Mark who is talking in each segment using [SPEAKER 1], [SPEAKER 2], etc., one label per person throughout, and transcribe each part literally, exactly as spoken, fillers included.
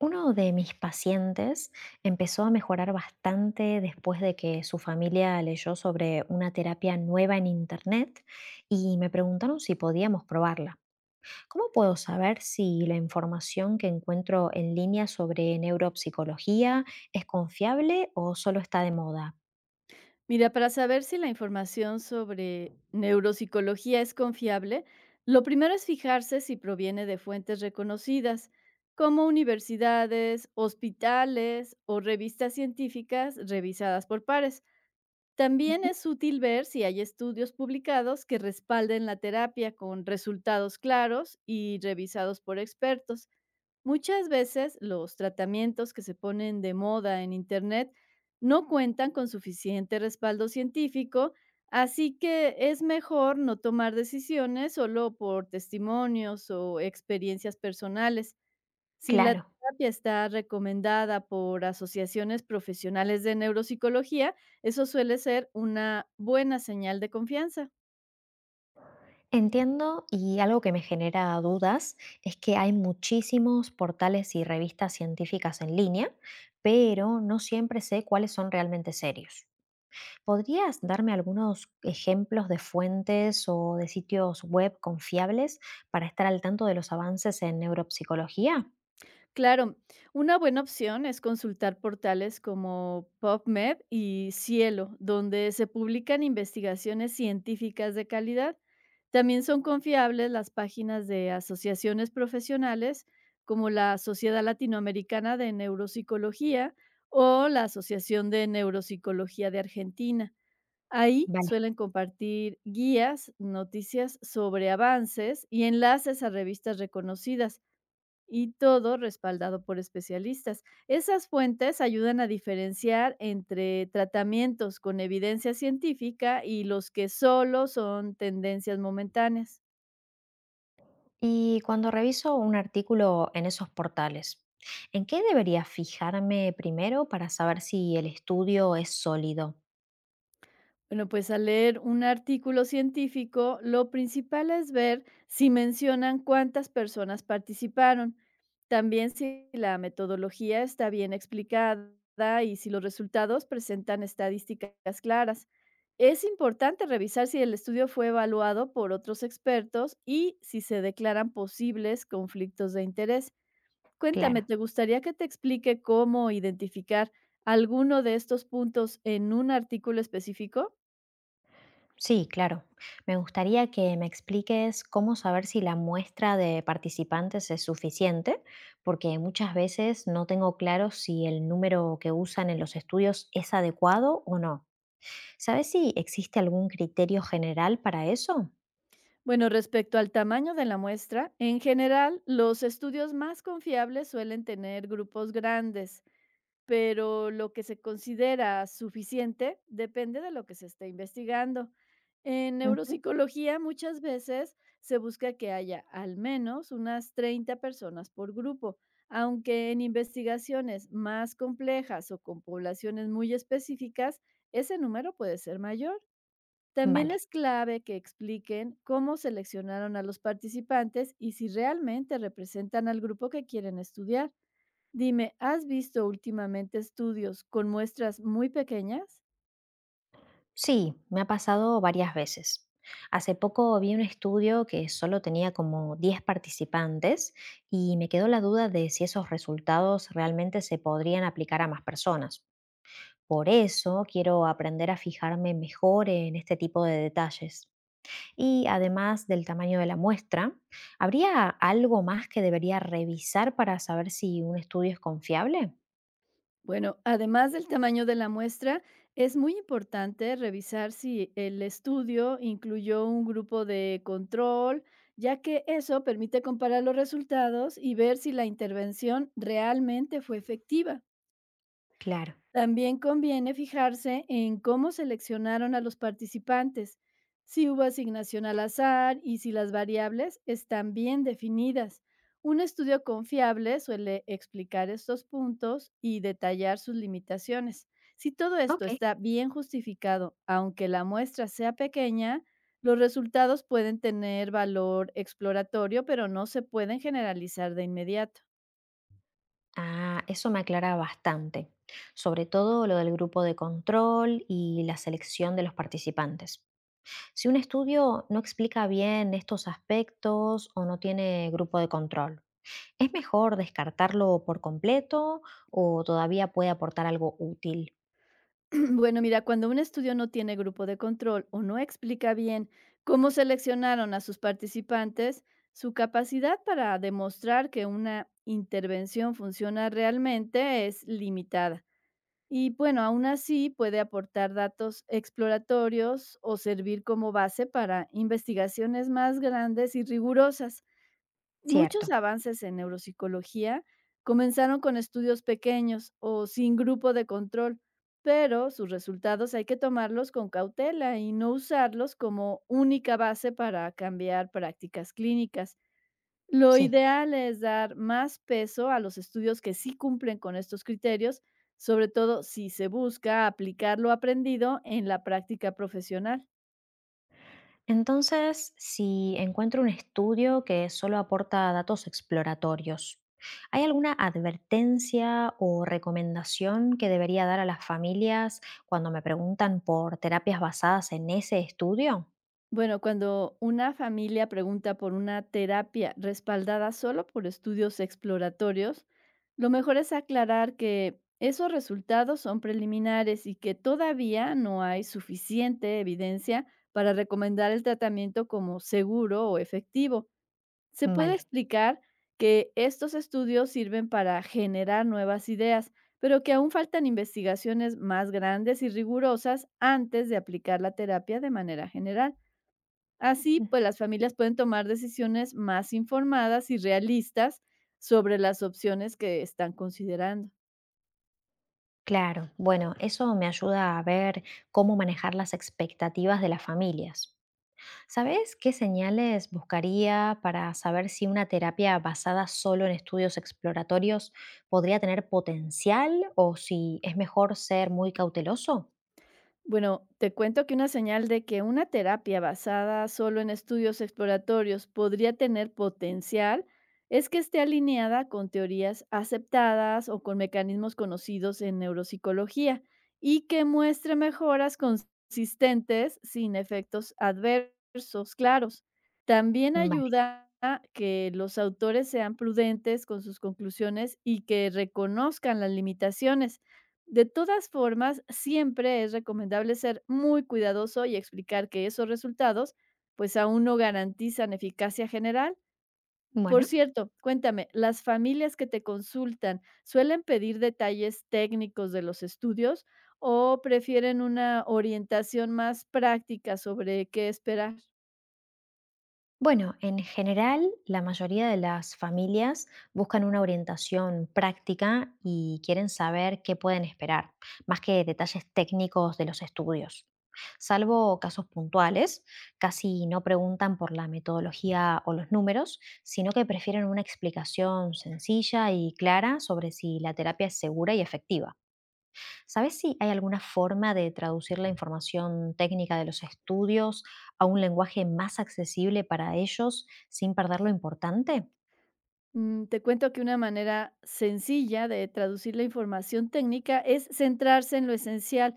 [SPEAKER 1] Uno de mis pacientes empezó a mejorar bastante después de que su familia leyó sobre una terapia nueva en Internet y me preguntaron si podíamos probarla. ¿Cómo puedo saber si la información que encuentro en línea sobre neuropsicología es confiable o solo está de moda?
[SPEAKER 2] Mira, para saber si la información sobre neuropsicología es confiable, lo primero es fijarse si proviene de fuentes reconocidas, como universidades, hospitales o revistas científicas revisadas por pares. También
[SPEAKER 1] Ujú.
[SPEAKER 2] es útil ver si hay estudios publicados que respalden la terapia con resultados claros y revisados por expertos. Muchas veces los tratamientos que se ponen de moda en Internet no cuentan con suficiente respaldo científico, así que es mejor no tomar decisiones solo por testimonios o experiencias personales. Si la
[SPEAKER 1] Claro.
[SPEAKER 2] terapia está recomendada por asociaciones profesionales de neuropsicología, eso suele ser una buena señal de confianza.
[SPEAKER 1] Entiendo, y algo que me genera dudas es que hay muchísimos portales y revistas científicas en línea, pero no siempre sé cuáles son realmente serios. ¿Podrías darme algunos ejemplos de fuentes o de sitios web confiables para estar al tanto de los avances en neuropsicología?
[SPEAKER 2] Claro, una buena opción es consultar portales como PubMed y Cielo, donde se publican investigaciones científicas de calidad. También son confiables las páginas de asociaciones profesionales como la Sociedad Latinoamericana de Neuropsicología o la Asociación de Neuropsicología de Argentina. Ahí
[SPEAKER 1] Vale.
[SPEAKER 2] suelen compartir guías, noticias sobre avances y enlaces a revistas reconocidas, y todo respaldado por especialistas. Esas fuentes ayudan a diferenciar entre tratamientos con evidencia científica y los que solo son tendencias momentáneas.
[SPEAKER 1] Y cuando reviso un artículo en esos portales, ¿en qué debería fijarme primero para saber si el estudio es sólido?
[SPEAKER 2] Bueno, pues al leer un artículo científico, lo principal es ver si mencionan cuántas personas participaron, también si la metodología está bien explicada y si los resultados presentan estadísticas claras. Es importante revisar si el estudio fue evaluado por otros expertos y si se declaran posibles conflictos de interés. Cuéntame,
[SPEAKER 1] Claro.
[SPEAKER 2] ¿te gustaría que te explique cómo identificar alguno de estos puntos en un artículo específico?
[SPEAKER 1] Sí, claro. Me gustaría que me expliques cómo saber si la muestra de participantes es suficiente, porque muchas veces no tengo claro si el número que usan en los estudios es adecuado o no. ¿Sabes si existe algún criterio general para eso?
[SPEAKER 2] Bueno, respecto al tamaño de la muestra, en general los estudios más confiables suelen tener grupos grandes, pero lo que se considera suficiente depende de lo que se esté investigando. En
[SPEAKER 1] Ujú.
[SPEAKER 2] neuropsicología muchas veces se busca que haya al menos unas treinta personas por grupo, aunque en investigaciones más complejas o con poblaciones muy específicas, ese número puede ser mayor. También
[SPEAKER 1] Vale.
[SPEAKER 2] es clave que expliquen cómo seleccionaron a los participantes y si realmente representan al grupo que quieren estudiar. Dime, ¿has visto últimamente estudios con muestras muy pequeñas?
[SPEAKER 1] Sí, me ha pasado varias veces. Hace poco vi un estudio que solo tenía como diez participantes y me quedó la duda de si esos resultados realmente se podrían aplicar a más personas. Por eso quiero aprender a fijarme mejor en este tipo de detalles. Y además del tamaño de la muestra, ¿habría algo más que debería revisar para saber si un estudio es confiable?
[SPEAKER 2] Bueno, además del tamaño de la muestra, es muy importante revisar si el estudio incluyó un grupo de control, ya que eso permite comparar los resultados y ver si la intervención realmente fue efectiva.
[SPEAKER 1] Claro.
[SPEAKER 2] También conviene fijarse en cómo seleccionaron a los participantes, si hubo asignación al azar y si las variables están bien definidas. Un estudio confiable suele explicar estos puntos y detallar sus limitaciones. Si todo esto
[SPEAKER 1] Ok.
[SPEAKER 2] está bien justificado, aunque la muestra sea pequeña, los resultados pueden tener valor exploratorio, pero no se pueden generalizar de inmediato.
[SPEAKER 1] Ah, eso me aclara bastante, sobre todo lo del grupo de control y la selección de los participantes. Si un estudio no explica bien estos aspectos o no tiene grupo de control, ¿es mejor descartarlo por completo o todavía puede aportar algo útil?
[SPEAKER 2] Bueno, mira, cuando un estudio no tiene grupo de control o no explica bien cómo seleccionaron a sus participantes, su capacidad para demostrar que una intervención funciona realmente es limitada. Y bueno, aún así puede aportar datos exploratorios o servir como base para investigaciones más grandes y rigurosas. Muchos
[SPEAKER 1] Cierto,
[SPEAKER 2] avances en neuropsicología comenzaron con estudios pequeños o sin grupo de control, pero sus resultados hay que tomarlos con cautela y no usarlos como única base para cambiar prácticas clínicas. Lo
[SPEAKER 1] sí.
[SPEAKER 2] ideal es dar más peso a los estudios que sí cumplen con estos criterios, sobre todo si se busca aplicar lo aprendido en la práctica profesional.
[SPEAKER 1] Entonces, si encuentro un estudio que solo aporta datos exploratorios, ¿hay alguna advertencia o recomendación que debería dar a las familias cuando me preguntan por terapias basadas en ese estudio?
[SPEAKER 2] Bueno, cuando una familia pregunta por una terapia respaldada solo por estudios exploratorios, lo mejor es aclarar que esos resultados son preliminares y que todavía no hay suficiente evidencia para recomendar el tratamiento como seguro o efectivo. Se puede
[SPEAKER 1] Vale.
[SPEAKER 2] explicar que estos estudios sirven para generar nuevas ideas, pero que aún faltan investigaciones más grandes y rigurosas antes de aplicar la terapia de manera general. Así,
[SPEAKER 1] Mm,
[SPEAKER 2] pues las familias pueden tomar decisiones más informadas y realistas sobre las opciones que están considerando.
[SPEAKER 1] claro, bueno, eso me ayuda a ver cómo manejar las expectativas de las familias. ¿Sabes qué señales buscaría para saber si una terapia basada solo en estudios exploratorios podría tener potencial o si es mejor ser muy cauteloso?
[SPEAKER 2] Bueno, te cuento que una señal de que una terapia basada solo en estudios exploratorios podría tener potencial es que esté alineada con teorías aceptadas o con mecanismos conocidos en neuropsicología, y que muestre mejoras consistentes sin efectos adversos claros. También
[SPEAKER 1] Vale,
[SPEAKER 2] ayuda a que los autores sean prudentes con sus conclusiones y que reconozcan las limitaciones. De todas formas, siempre es recomendable ser muy cuidadoso y explicar que esos resultados pues aún no garantizan eficacia general. Por
[SPEAKER 1] bueno.
[SPEAKER 2] cierto, cuéntame, ¿las familias que te consultan suelen pedir detalles técnicos de los estudios o prefieren una orientación más práctica sobre qué esperar?
[SPEAKER 1] Bueno, en general, la mayoría de las familias buscan una orientación práctica y quieren saber qué pueden esperar, más que detalles técnicos de los estudios. Salvo casos puntuales, casi no preguntan por la metodología o los números, sino que prefieren una explicación sencilla y clara sobre si la terapia es segura y efectiva. ¿Sabes si hay alguna forma de traducir la información técnica de los estudios a un lenguaje más accesible para ellos sin perder lo importante?
[SPEAKER 2] Mm, Te cuento que una manera sencilla de traducir la información técnica es centrarse en lo esencial.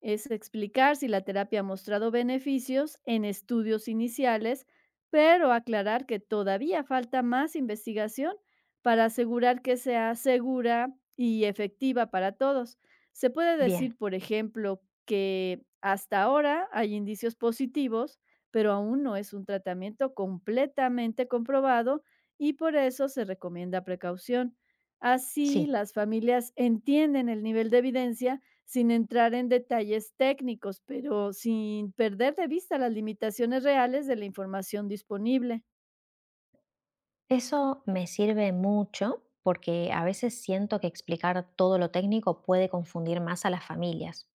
[SPEAKER 2] Es explicar si la terapia ha mostrado beneficios en estudios iniciales, pero aclarar que todavía falta más investigación para asegurar que sea segura y efectiva para todos. Se puede
[SPEAKER 1] Bien,
[SPEAKER 2] decir, por ejemplo, que hasta ahora hay indicios positivos, pero aún no es un tratamiento completamente comprobado y por eso se recomienda precaución. Así,
[SPEAKER 1] sí.
[SPEAKER 2] las familias entienden el nivel de evidencia sin entrar en detalles técnicos, pero sin perder de vista las limitaciones reales de la información disponible.
[SPEAKER 1] Eso me sirve mucho porque a veces siento que explicar todo lo técnico puede confundir más a las familias.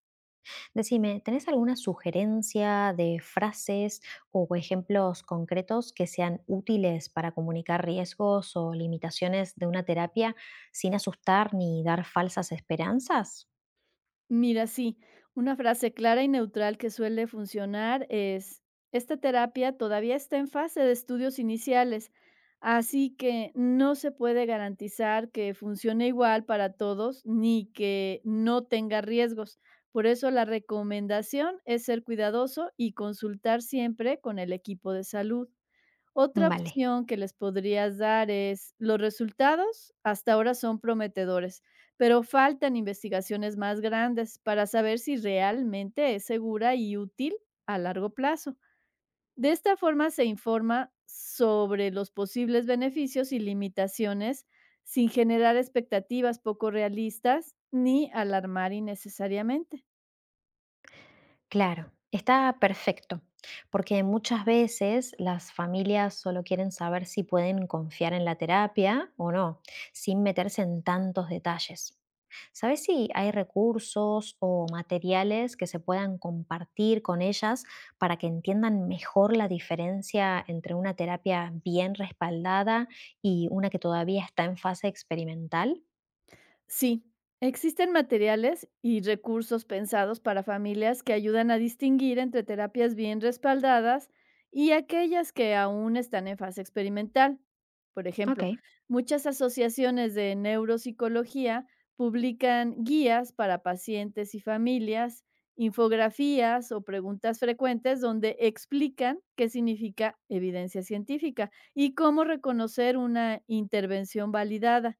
[SPEAKER 1] Decime, ¿tenés alguna sugerencia de frases o ejemplos concretos que sean útiles para comunicar riesgos o limitaciones de una terapia sin asustar ni dar falsas esperanzas?
[SPEAKER 2] Mira, sí, una frase clara y neutral que suele funcionar es: esta terapia todavía está en fase de estudios iniciales, así que no se puede garantizar que funcione igual para todos ni que no tenga riesgos. Por eso la recomendación es ser cuidadoso y consultar siempre con el equipo de salud. Otra
[SPEAKER 1] Vale.
[SPEAKER 2] opción que les podrías dar es: los resultados hasta ahora son prometedores, pero faltan investigaciones más grandes para saber si realmente es segura y útil a largo plazo. De esta forma se informa sobre los posibles beneficios y limitaciones sin generar expectativas poco realistas ni alarmar innecesariamente.
[SPEAKER 1] Claro, está perfecto, porque muchas veces las familias solo quieren saber si pueden confiar en la terapia o no, sin meterse en tantos detalles. ¿Sabes si hay recursos o materiales que se puedan compartir con ellas para que entiendan mejor la diferencia entre una terapia bien respaldada y una que todavía está en fase experimental?
[SPEAKER 2] Sí, existen materiales y recursos pensados para familias que ayudan a distinguir entre terapias bien respaldadas y aquellas que aún están en fase experimental. Por
[SPEAKER 1] Ok,
[SPEAKER 2] ejemplo, muchas asociaciones de neuropsicología publican guías para pacientes y familias, infografías o preguntas frecuentes donde explican qué significa evidencia científica y cómo reconocer una intervención validada.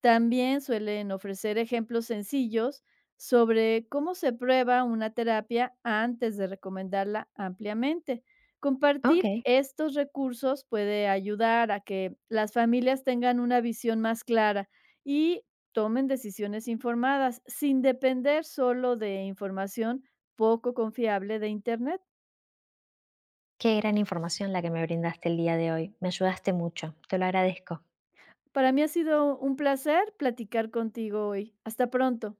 [SPEAKER 2] También suelen ofrecer ejemplos sencillos sobre cómo se prueba una terapia antes de recomendarla ampliamente. Compartir
[SPEAKER 1] ok.
[SPEAKER 2] estos recursos puede ayudar a que las familias tengan una visión más clara y tomen decisiones informadas sin depender solo de información poco confiable de Internet.
[SPEAKER 1] Qué gran información la que me brindaste el día de hoy. Me ayudaste mucho. Te lo agradezco.
[SPEAKER 2] Para mí ha sido un placer platicar contigo hoy. Hasta pronto.